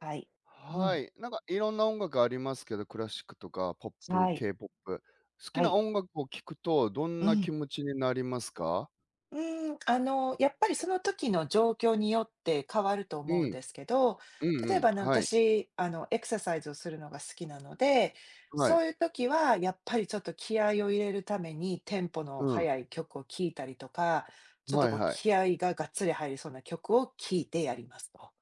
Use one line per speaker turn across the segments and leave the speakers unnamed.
はい。う
は
ん。
い、なんかいろんな音楽ありますけど、クラシックとかポップ、
はい。
K-POP。好き
は
な
い。
音楽を聴くとどん
う
な気
ん。
持ちになりますか？
うん、やっぱりその時の状況によって変わると
う
思うん
ん、
ですけど、
うん
例
う
え
ん、
ばね、
はい、
私、エクササイズをするのが好きなので、
はい、
そういう時はやっぱりちょっと気合を入れるためにテンポ
う
の
ん、
速い曲を聴いたりとか、ちょっ
は
と
い
こう
はい。
気合ががっつり入りそうな曲を聴いてやりますと。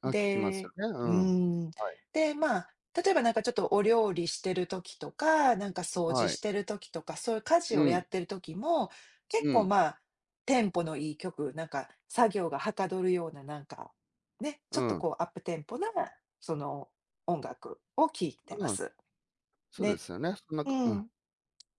あ、聞きますよ
で、
ね、う
うー
ん。は
ん。
い、
で、まあ、例えばなんかちょっとお料理してる時とか、なんか掃除
はい。
してる時とか、そういう家事を
う
や
ん、
ってる時も、結
う
構
ん、
まあ、テンポのいい曲、なんか作業がはかどるような、なんか、ね、ち
う
ょっと
ん、
こうアップテンポな、その音楽を聴いてま
うん、
す。
そうで
ね、
すよね。そんな
う
かうん、
ん。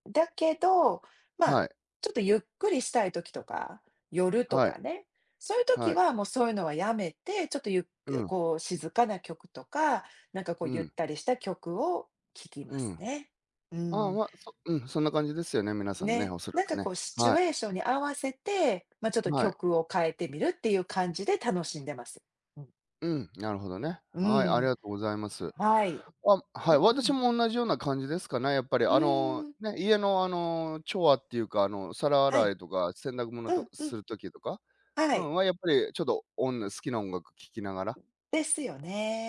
だけど、まあ、
はい、
ちょっとゆっくりしたい時とか、夜と
はい、
かね、そういう時
はい、
はもうそういうのはやめて、ちょっとゆっ
う
く
ん、
こう静かな曲とか、なんかこう
う
ゆっ
ん、
たりした曲を聴き
う
ま
ん。
すね。う
ああ、
ん。
ま、そんな感じですよね、皆さんね、
ね。
おそら
なん
く
かこ
ね。
うシチ
は
ュエーションに合わせて、まあ、ちょっ
い、
と
はい。
曲を変えてみるっていう感じで楽しんでます。うん。
うん、なるほどね。
う
はい、あり
ん、
がとうございます。
はい。
あ、は
う
い、
う
私
ん。
も同じような感じですかね、やっぱり。
うーん。
ね、家の調和っていうか、皿
は
洗
い。
いとか、洗濯物
う
と
んう
す
ん。
るときとか、
は
う
い。
ん、はやっぱりちょっと音好きな音楽聴きながら、
ですよ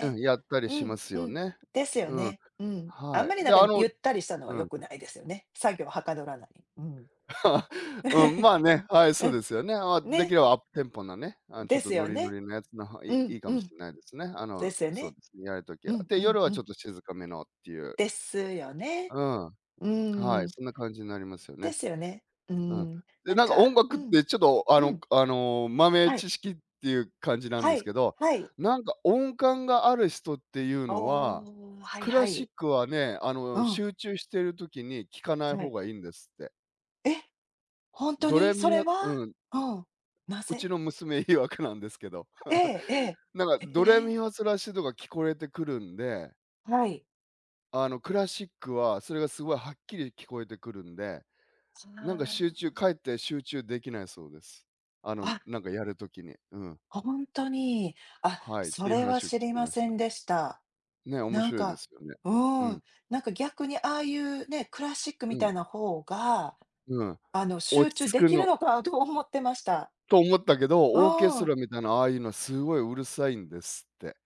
うん、やったり
う
しま
ん、
す
う
よ
ん。
ね。
ですよ
うん、
ね。うん。あ
は
んま
い。
りな
で、
んか
あの
ゆったりしたのは
う
良
ん。
くないですよね。作業はかどらない。うん。
うん、まあね、はい、
う
そう
ん、
ですよね。まあ、でき
ね、
ればアップテンポなね、あちょっ
で
と
す
ノ
よ
リノ
ね。
リのやつのほい
う
いい
ん、
いか
う
もし
ん。
れないですね。
ですよ
そう
ね。
ですね、やるとき
う
は。
ん、
で、
うん、
夜は
う
ち
ん。
ょっと静かめのっていう。
ですよね。
うん、
う
はい、
ん。
そんな感じになりますよ
で
ね。
すよね。う
うん。
ん。
で、
なん
なんか音
か、
楽
う
っ
ん、
てちょっと、あ
う
の
ん。
あの、豆
はい。
知識っていう感じなん
は
ですけ
い。
ど、
はい。
なんか音感がある人っていうのは、
おお、はい
クラ
は
シッ
い。
クはね、
うん、
集中してるときに聴かない
は
方
い。
がいいんですって。
え、本当
ドレ
に？そ
ミフ
れ
ァ
は？
うん。
うん。な
うち
ぜ？
の娘曰くなんですけど。
え えええ。
なんか
え
ドレ
え。
ミファソラシドが聞こえてくるんで、
はい。
クラシックはそれがすごいはっきり聞こえてくるんで、なんか集
あ
中かえって集中できないそうです。
あ。
なんかやるときに。うん。
あ、ほに。あ、
はい、って
そ
いう
れは
話を聞
知り
き
ま
まし
せ
た。
んでした。
ね、面
なん
白いで
か
すよね。う
うん、
ん、
なんか逆にああいうね、クラシック
う
みたい
ん、
な方が、
うん。
集
落ち
中
着
で
く
きる
の
のかと思ってました。
と思ったけど、
う
オーケスト
ん。
ラみたいなああいうのはすごいうるさいんですって。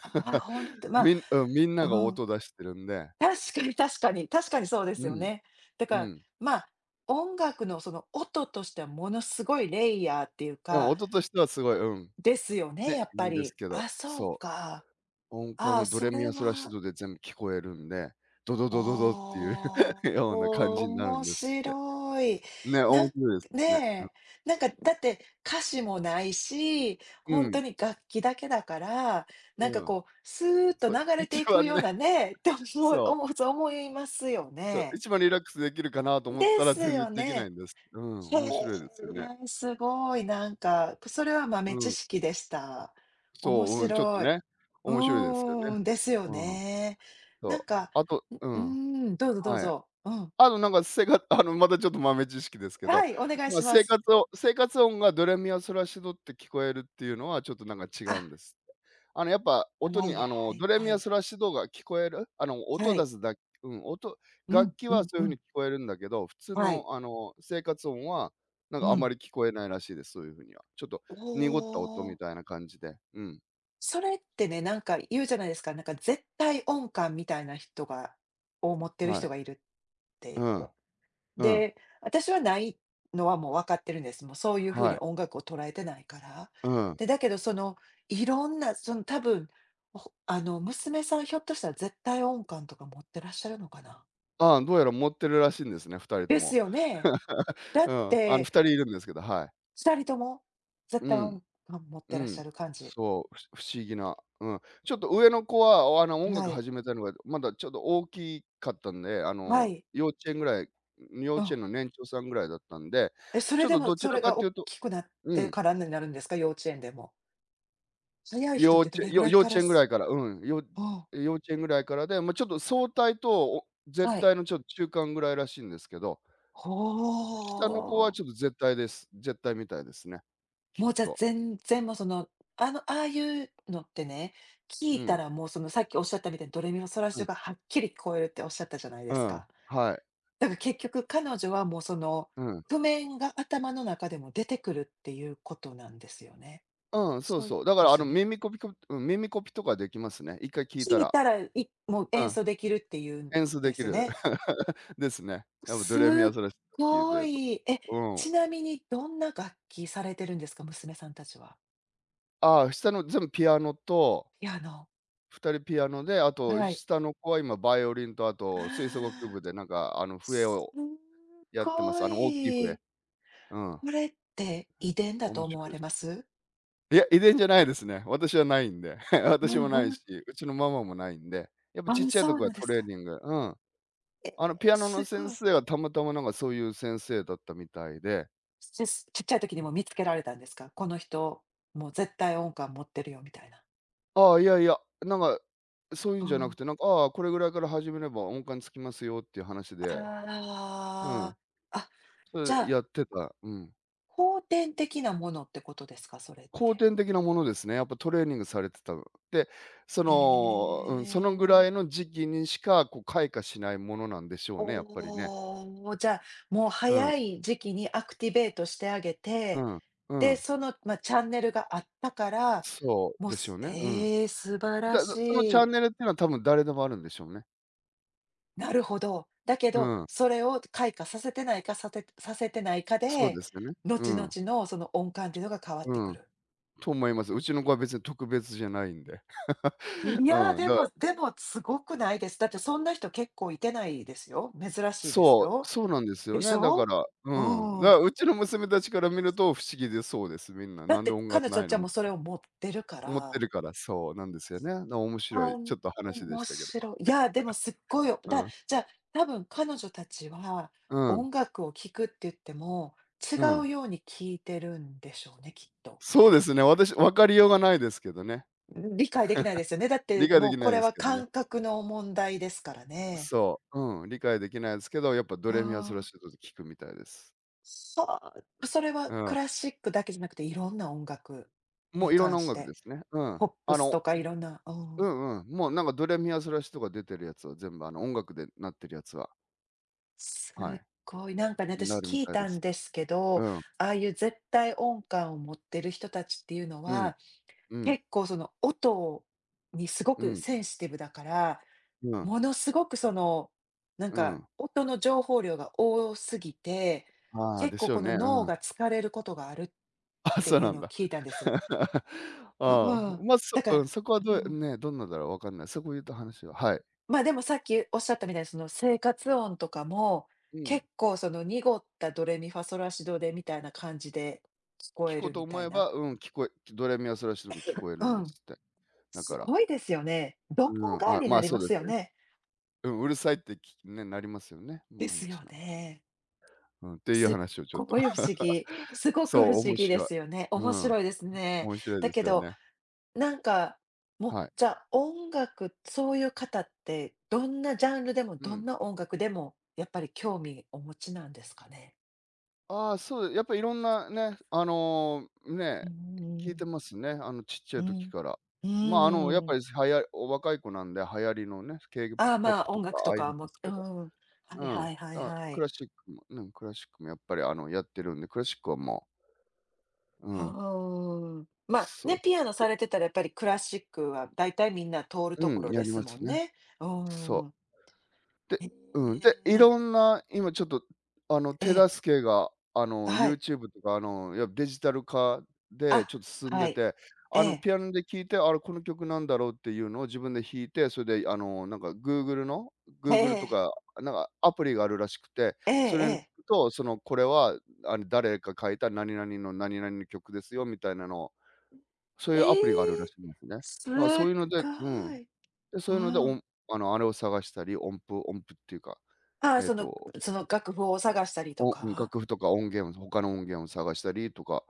ああ、ほんと、ま
みん
う
なが
ん。
音出してるんで。
確かに確かに、確かにそうで
う
すよ
ん、
ね。だか
う
ら、
ん。
まあ、音楽のその音としてはものすごいレイヤーっていう
うん、
か、
音としてはすごい、うん。
ですよね、
ね、
やっぱ
んです
り。
けど、
あ、そう
そ
か。
う、音感
あ
は
あ、
ド
そ
レミ
れ
ア・ソラシ
は
ドで全部聞こえるんで、ドドドドドっていう
おー、
ような感じになるん
面
ですって。
白い。
ね、面
なん
白いですよね。
ねえ、なんかだって歌詞もないし、
う
本
ん、
当に楽器だけだから、なん
う
か
ん。
こうスーッと
そう、
流れ
一
てい
番
くよう
ね、
なね、って思う
そ
思うそう思いますよ
そう、
ね。
一番リラックスできるかなと思っ
で
たら
す
全然
よ
できない
ね。
んです。うん、
へ
面
え、
白いですよね。
すごい、なんか、それは豆
う
知
ん、
識でした。面
そう、うん、ちょっと
白い。
ね、
う
面白いですよね。
ーん、ですよ
うん、
ね。
そ
な
う。
んか、
あと
ん、う
うん、
ーん、どうぞどう
はい。
ぞ。うん。
あの、なんか、せがあの、またちょっと豆知識ですけど、
はい、お願い
まあ、
しま
生
す。
活を生活音がドレミファソラシドって聞こえるっていうのは、ちょっとなんか違
あ、
うんです。やっぱ
は
音に、
いはい
ドレミ
は
ファ
い。
ソラシドが聞こえる、音
は
出
い。
すだうん、音
う
楽
ん
器
う
は
ん
そういう
う
風に
ん。
聞こえるんだけど、普通
はい。
の、生活音は、なんか、
う
あま
ん。
り聞こえないらしいです、そういう風には。ちょっと
お
濁った音み
お、
たいな感じで、うん、
それってね、なんか言うじゃないですか、なんか絶対音感みたいな人がを持ってる
はい、
人がいるって
う
言っ
ん、
て。
うん、
で、私はないのはもう分かってるんです。もうそういうふう
は
に
い、
音楽を捉えてないから。
うん。
で、だけどその、いろんな、その多分、ほあの、娘さんひょっとしたら絶対音感とか持ってらっしゃるのかな？
ああ、どうやら持ってるらしいんですね、二人と
です
も。
よね。だ
う
っ
ん、
て、
2人いるんですけど、はい。
2人とも絶
う
対
ん、
音感持って
う
らっしゃ
ん。
る感じ。
そう、不思議な、うん。ちょっと上の子は、音
は
楽
い。
始めたのが、まだちょっと大きかったんで、
はい。
幼稚園ぐらい幼
う
稚
ん。
園の年長さんぐらいだったんで、
え、そ
ち
れ
ょっ
で
と
も
どち
そ
ら
れ
かっ
が
てい
大
うと
きくなっ
う
て
ん、
からになるんですか？幼稚園でも。早い人ってどれぐらい
幼
か
稚
ら
園ぐらい
す
から、うん、よ
うん、
幼稚園ぐらいからで、ま、ちょっと相対と、お絶
はい。
対のちょっと中間ぐらいらしいんですけど、下の子
ほ
はちょっ
ー。
と絶対です。絶対みたいですね、聞
もう
く
じゃ、あ
と。
全然もうその、ああいうのってね、聞
う
いた
ん、
らもうそのさっきおっしゃったみたいにドレミファソラシ
う
ド
ん、
がはっきり聞こえるっておっしゃったじゃない
う
です
ん、
か。
はい、
だから結局彼女はもうその
うん。
譜面が頭の中でも出てくるっていうことなんですよね。
うん、そう
そういう
そう。だ
こ
か
とで
ら、
すよね。
耳コピとかできますね。一回聞いた
聞い
ら。
たら、もう
う
演
ん、
奏できるっていうん
演奏で
で
き
すよ
る。
ね。
ですね。やっぱド
すっ
レミアソラシド聞いて
ご
ると。
い。え、
う
ち
ん。
なみにどんな楽器されてるんですか？娘さんたちは。
ああ、下の全部ピアノと、
ピアノ。
二人ピアノで、あと
はい。
下の子は今バイオリンと、あと吹奏楽部でなんか、笛
す
を
っ
やってます。
ご
大きい笛。
い。
うん、
これって遺伝だと
面
思
白
わ
いで
れま
す。
す？
いや、遺伝じゃないですね。私はないんで。
う
私も
ん、
ないし、うちのママもないんで。やっぱちっ
あ、
ちゃいと
そう
こは
なんで
ト
す
レー
か。
ニングうん。
ええ、
ピアノ
す
の
ご
先
い。
生はたまたまなんかそういう先生だったみたいで、
ちっちゃい時にも見つけられたんですか？この人、もう絶対音感持ってるよみたいな。
ああ、いやいや、なんか、そういうん
う
じゃ
ん。
なく
あ
て、なんか、ああ、これぐらいから始めれば音感つきますよっていう話で、うん、
あ。あ、
そ
じゃ
れ
あ、
やってた。うん。
後天的なものってことですか？それっ
後
て。
天的なものですね。やっぱトレーニングされてた。で、そ
え
の、うん、そのぐらい
え。
の時期にしか、こう開花しないものなんでしょうね、やっぱりね。
おお、じゃあ、もう
うん、
早い時期にアクティベートしてあげ
う
て
ん、う
で、
ん。
その、まあ、チャンネルがあったから、
そう
もう、
です
す
よね。うん。
ええ、素晴ら
そのチ
し
ャン
い。
ネルっていうのは多分誰でもあるんでしょうね。
なるほど。だけ
う
ど、
ん。
それを開花させてないか、させてないか
そう
で、
ですよね。う
後々
ん、
のその音感っていうのが変わって
う
く
ん、
る。
と思います。うちの子は別に特別じゃないんで。
いや、
うん、
で
だか
も
ら
でもすごくないです。だってそんな人結構いてないですよ。珍しいです
そう、
よ。
そうなんですよ
でし
ね、だか
ょ？
ら、うん、だか
う
ら
ん。
うちの娘たちから見ると不思議でそうです、みんな。
だ
な
っ
んで
て
音楽
彼女
な
た
い
ちは
の
もうそれを持ってるか
思って
ら。
るから、そうなんですよね。だから面白
あ
い、ち
ん、
ょっと話でし
面
たけど。
白い。いや、でもすっごいよ
う
だ
ん、
じゃあ、多分彼女たちは、
うん、
音楽を聴くって言っても、違
うん。
うように聴いてるんでしょうね、きっと。
そうですね、私分かりようがないですけどね。
ん、理解できないですよね。だっ
理
て、
解で
もう
きな
こ
い
れ
です
は
けどね。
感覚の問題ですからね。
そう、うん、理解できないですけど、やっぱド
あ
レミアァソラ
あ、
シドで聞くみたいです。
そうそれは
う
ク
ん。
ラシックだけじゃなくて、いろんな音楽
も
に
ういろんな
関
音
し
楽で
て、
すね。うん。
ポップ
あ
ス
の
とかいろんなう
う
ん。
んうん。もうなんかドレミアスソラシとか出てるやつは全部あの音楽でなってるやつは、
す
は
っ
い、
ごい。なんかね、
な
私
るみ
聞い
たいで
たん
す。
ですけ
う
ど、
ん。
ああいう絶対音感を持ってる人たちっていうの
うん。
は、
うん。
結構その音にすご
う
く
ん。
センシティブだから、
うん。
ものすごくその、なん
う
か
ん。
音の情報量が多すぎて、
ああ、
結
でし
構
ょう
こ
ね。
の脳
うん。
が疲れることがあるっ
あ、
て
そう
いう
なん
のを
だ。
聞いたんです。う
ああ、
ん。
まあ、そ
だか
う
ら
ん、そこは
う
どう
ん。
ね、どんなだろう、わかんない。そこ言った話ははい。
まあ、でもさっきおっしゃったみたいに、その生活音とかも、
うん。
結構その濁ったドレミファソラシドでみたいな感じで聞こ
聞
え
こう
る
と
み
思
たい
え
な。
ば、うん、聞こえドレミアスソラシドに聞こえるん
う
で
ん、
すって。だ
す
から、
ごいですよね。ど
う
こ
ん、
が
あ、
に
ま
な
あ、
り
そ
ま
うで
す
す
よ
ね。
ね。
うん、うるさいってきね、なりますよね、
で
毎
す
日
よ
の。
ね。
うん、っていう
すっ
話をちょっと。
ごい不 思議。すごく不
そう、
思
面
議で
白い。
すよね。面
うん、
白いですね。
面白いで
だけ
すよ
ど、
ね。
なんか、もう、
はい。
じゃあ音楽、そういう方って、どんなジャンルでも、
う
どん
ん。
な音楽でも、やっぱり興味お持ちなんですかね？
ああ、そう、やっぱいろんなね、ね、
うー
聞い
ん。
てますね、ちっちゃ
う
い時
ん。
から。
う
まあ、やっ
ー
ぱ
ん。
り、はやお若い子なんで、流行りのね、
ああ、ま
K-POP
あ、
と
音
か
楽
あ
と
あいうの
か
で
も、
す
う
けど。
ん。は
う
い
ん。
はいはい
あ、
は
ク
い。
ラシックもうん、クラシックもやっぱり、やってるんで、クラシックはもううん、
はあ。まあ、
そ
ね、
う。
ピアノさ
で
れてたらやっぱりクラシックは大体みんな通ると
う
こ
ん、
ろ
や
で
り
す
ま
も
す
ん
ね。
ね。う
そう。
ん。
で、
え
うん、で、い
え、
ろんな今ちょっと、
え
手
え、
助けが、
はい。
YouTube とか、いや、デジタル化でちょっ
あ、
と進ん
は
で
い。
て、
ええ、
ピアノで聴いて、あれ、この曲なんだろうっていうのを自分で弾いて、それで、なんか
え
Google と
え、
か、なんかアプリがあるらしくて、
ええ
それに聞
ええ。
くと、これは、誰か書いた何々の何々の曲ですよみたいなのを、そうい
え
うアプリがあるらし
え、
いんですね。だか
すっ
らそういうのでう
ご
ん、
い。
で、そういうので、お
あ。
んあの、あれを探したり、音符音符っていうか
ああ、
えっ
その
と、
その楽譜を探したりと
お
か？
楽譜とか音源を他の音源を探したりとか、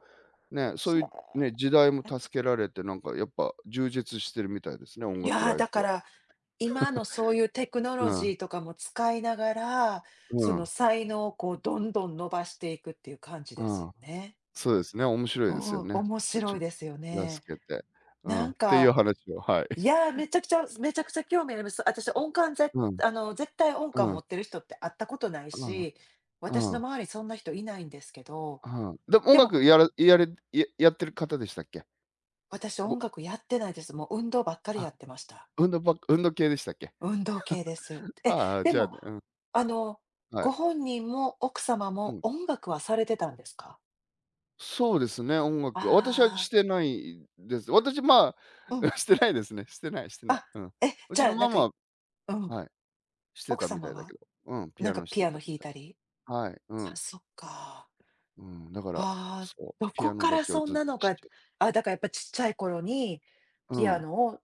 ね、そう
そ
い
う
うね、時代も助けられて、なんかやっぱ充実してるみたいですね、音
い
楽
やー、
ライ
だ
フ
か
は。
ら今のそういうテクノロ
うん、
ジーとかも使いながら、
う
その
ん、
才能をこうどんどん伸ばしていくっていう感じ
う
ですよ
ん。
ね。
そうですね、面白いです
お
よ
お、
ね。
面
ち
白
ょ
いですよ
っと
ね。
助けて、うん、
なん
っていう
か、
話を、はい。
い やー、めちゃくちゃめちゃくちゃ興味あります。私音感ぜ
うん、
あの、絶対音感
う
持
ん、
ってる人って会ったことない
うん、
し、私
う
の
ん、
周りそんな人いないんですけど、
うん。でも音
でも、
楽やらやれややってる方でしたっけ？
私音
ご
楽やってないです。もう運動ばっかり
あ、
やってました。
運動系でしたっけ？
運動系です。え、
ああ、
で
じゃあ
も、
ね、うん、
あの、
はい。
ご本人も奥様
う
も
ん。
音楽はされてたんですか？
そうですね、音楽。私はし
ああ
てないです。私、ま
ー、う
あ、
ん。
してないですね。してない、してない。
あ、
うん。
え、
う
じ
ち
ゃ
の
あ、な
マ
んか
マは
うん、
はい、して
奥
たみた
様
いだけ
は？
ど。うん、ピ
なん
ア
か
ノし
ピ
て
アノ
たみ
弾い
た
たり？
い。はい、う
あ、
ん。
そっか。
うん、だから、
ああ、
そう、
ど
ピ
こ
アノ
か
だ
ら
けは
そん
ずっと
なの
ちっ
が
ちゃい
あ、だからやっぱちっちゃい頃に
う
ピア
ん、
ノを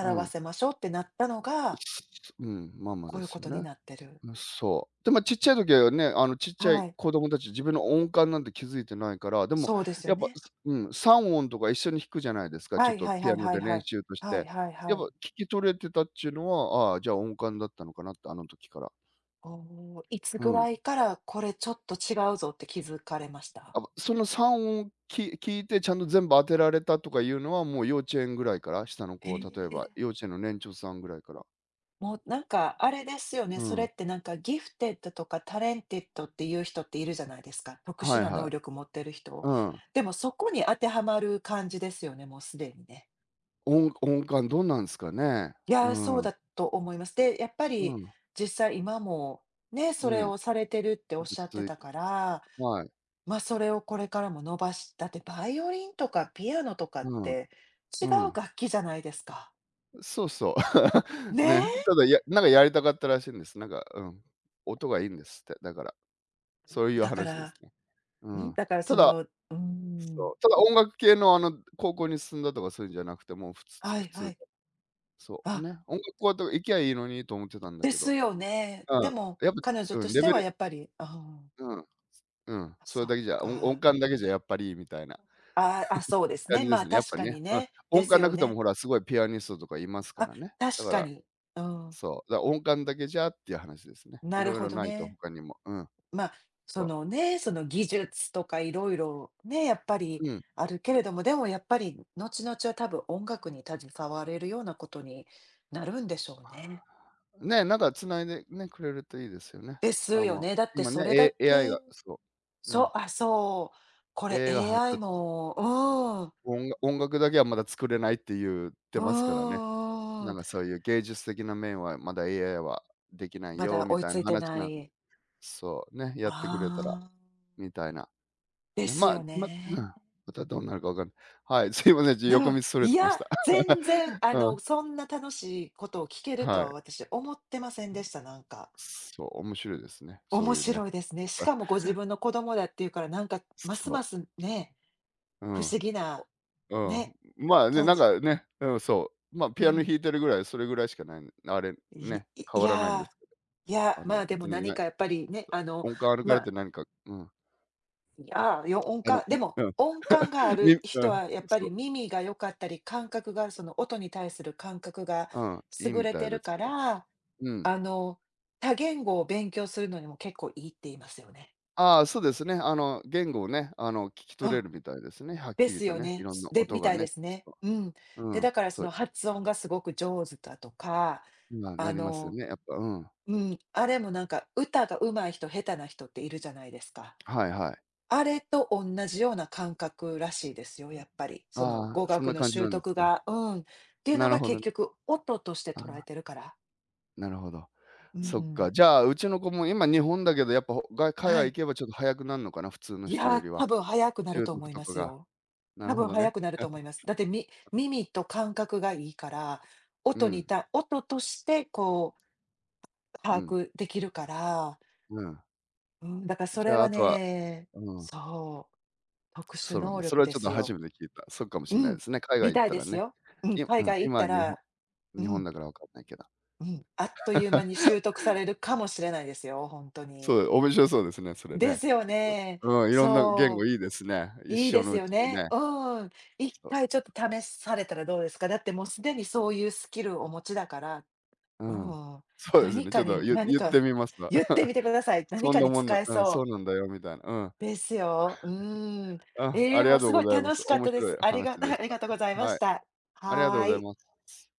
う
わ
ん。
せましょうってなったのが、
ママ
こ
で
ういう
す
こ
よ
とに
ね。
なってる。
うん、そう。でまあちっちゃい時はね、あのちっちゃい
はい。
子供たち、自分の音感なんて気づいてないから、でも
そうです
や
よ
っぱ、
ね。
すうん、3音とか一緒に弾くじゃないですか、ち
は
ょっ
い
と
はい
ピ
は
ア
い
ノ
は
で
いは
練
い。
習とし
はい
て。
はい
や
は
っぱ聞
い。
き取れてたっちゅうのは、ああ、じゃあ音感だったのかなって、あの時から。
おお、いつ
う
ぐ
ん。
らいからこれちょっと違うぞって気づかれました？
その3音聞いてちゃんと全部当てられたとかいうのは、もう幼稚園ぐらいから、下の子
へ
は例えば、
え。
幼稚園の年長さんぐらいから。
もうなんかあれですよね、
う
それ
ん。
ってなんかギフテッドとかタレンテッドっていう人っているじゃないですか、特
は
殊
い
な
は
能
い。
力持ってる人。
うん。
でもそこに当てはまる感じですよね、もうすでにね。
音感どうなんすかね。
い
う
やー、そう
ん。
だと思います。で、やっぱ
う
り
ん。
実際今もね、
う
それ
ん。
をされてるってお
ま
っ
だ
しゃって
つい
たから、
はい。
ま、あそれをこれからも伸ばしだってバイオリンとかピアノとかっ
うん、
て違
う
う
ん。
楽器じゃないですか。
そうそう。ね、
ね
ただ、なんかやりたかったらしいんです。なんか、うん。音がいいんですって、だから。そうい
え。
う
だか
話で
ら、
すね。う
ん、
ん。
だから
ただそう、ただ音楽系の高校に進んだとかそういうんじゃなくて、もう普通
はい
普
は
通
い。
そう、
あ、
ね、音楽校とか行きゃいいのにと思ってたんだ
で
けど。
すよね。
う
で
ん。
も、
やっ
彼
ぱ、
女
う
と
ん、
し
レ
て
ベ
は
ル
やっぱり、あ
うん、うん。
あ、
そ
そ
れ
っ
だけじゃ、音
か。
感だけじゃやっぱりみたいな
ああ、あ、そうです
感
ね。
じで
まあ、
すね。やっ
確
ぱ
か
ね。
に
うん。
ね。で
音
す
感な
よ
くても
ね。
ほら、すごいピアニストとかいますか
あ、
らね。だ
確
か
か
ら
に。うん、
そう、音感だけじゃっていう話ですね。い
なる
ろい
ほ
ろ
ど
ないと
ね。
他にも。うん、
まあ、
そ
そ
う。
のね、その技術とかいろいろね、やっぱり
うん。
あるけれども、でもやっぱり後々は多分音楽に携われるようなことになるんでしょうね。
ね、なんか繋いでね、くれるといいですよね。
です
あ、
よ
も
ね。だっ
う、
て
今ね、
それだ
AI が
け、
そう。う
そ
ん、
う、あ、そう。これ
AI が発
AI
達して、
も、うー、
おんが音楽だけはまだ作れないって言って
うんう
ますからね。
んう
なん
ん。
かそういう芸術的な面はまだ AI はできない
ま
よ
だ
み
追い
たい
つ
な
いて
話
な
なん、
い。
そう、ね、やってくれたら
ああ。
みたいな。
で
ね、
すよ
うん、
ね。
またどうなるかわかんはい、すいません、ちょ
う
横
ん。
道それ
い
てまし
や、
た。
全然、
うん、
そんな楽しいことを聞けると
は
は
い。
私思ってませんでした、なんか。
そう、面白いですね。そう
面
いうね。
白いですね。
僕
し
は
かもご自分の子供だっていうから、なんかます
そ
ますね、
う。う
不
ん。
思議な、
う
ね、
ん。まあね、
感
なん
じ。
かね、うん、そう。まあ、
う
ピアノ
ん。
弾いてるぐらい、それぐらいしかないあれ、
い
ね、
い
変
い
わらないんで
や
すけ
い
ど、
や、まあ、で
別
も
に
何
ね、
かやっぱりね、
音感歩か
ま
れて
あ、
何かうん。
いやー、音
あの、
感でも、
うん。
音感があ る
う
人
ん、
はやっぱ
そう。
り耳が良かったり、感覚がその音に対する感覚が
うん、いい
優
み
れ
た
て
いで
る
す
か
けど。
ら、
うん。
あの、多言語を勉強するのにも結構いいって言いますよね。
ああ、そうですね。言語をね、聞き取れ
あ、
るみたいですね、はっ
で
きり
す
と
よ
ね、い
ね。
ろん
す
な
で、
音
み
が
たい
ね。
ですね。
そ
うん。
う。う
で、
ん、
だからそ
そ
の
う、
発音がすごく上手だとか、
まあ、な
あ
りますよ
の、
ね、やっぱ、うん。
うん、あれもなんか歌が上手い人、下手な人っているじゃないですか。
はいはい。
あれと同じような感覚らしいですよ、やっぱり。その
ああ、
語
そん
学
な
の
感じ
習
なんです
得
か。
が、うん。っていう
な
の
る
が
ほど
結
ね。
局音として捉え
あ
てるから。
なるほど。
うんう
そっか、
ん。
じゃあ、うちの子も今日本だけど、やっぱ、ほが海
は
外行
い。
けばちょっと早くなるのかな、普通の
い
人よ
や、
りは。
多分早くなる
習
と
得
思い
と
ま
か
す
が。
よ。
な
多
るほ
分
ど
早
ね。
くなると思います。だって耳と感覚がいいから、
う
音に
ん、
音としてこう
う
把
ん、
握できるから、
うん。
うん、だからそ
じ
れ
ゃあ、あ
は
とは
ね、
うん、
そう、特殊
そうなん
能
だ。それ
力
は
で
ちょっと
す
初
よ。
めて聞いた。そうかもし
う
んないで
ん、
すね。海外
み
行っ
たい
た
で
ら
す
ね。
よ。うん、
いう
海
ん、
外行っ
今は
た
日本
ら、うん、
だからわかんないけど。
うん、あっという間に習得されるかもしれないですよ、本当
そ
に。
う、面白そうですね、それ
で
ね。
すよ
結構。
ね。
うん、いろんな言語
そ
いいですね。
う。
一
いい
生
で
の
す
う
よ
ちに
ね。
ね。
うん。一
そう。
回ちょっと試されたらどうですか？だってもうすでにそういうスキルをお持ちだから、
う
う
ん。
ん、
そうです
何
ね、ち
か
ょっと
に何
言って
か
みますわ。
言って みてください。何
そん
か
な
に
もんな
使え
うん、そう
そう
なんだよみたいな。うん。
ですよ。うん。
うん、
え
あ
え、
り
も
が
う
とう
す
ご
ごい
ざいま
楽
す。
しかっ
面
たで
白い
す。あり
話
が
でし
ありがとうござい
た。
ま
は
し
い、
た。
ありがとう
は
ご
ー
ざい
い。
ます。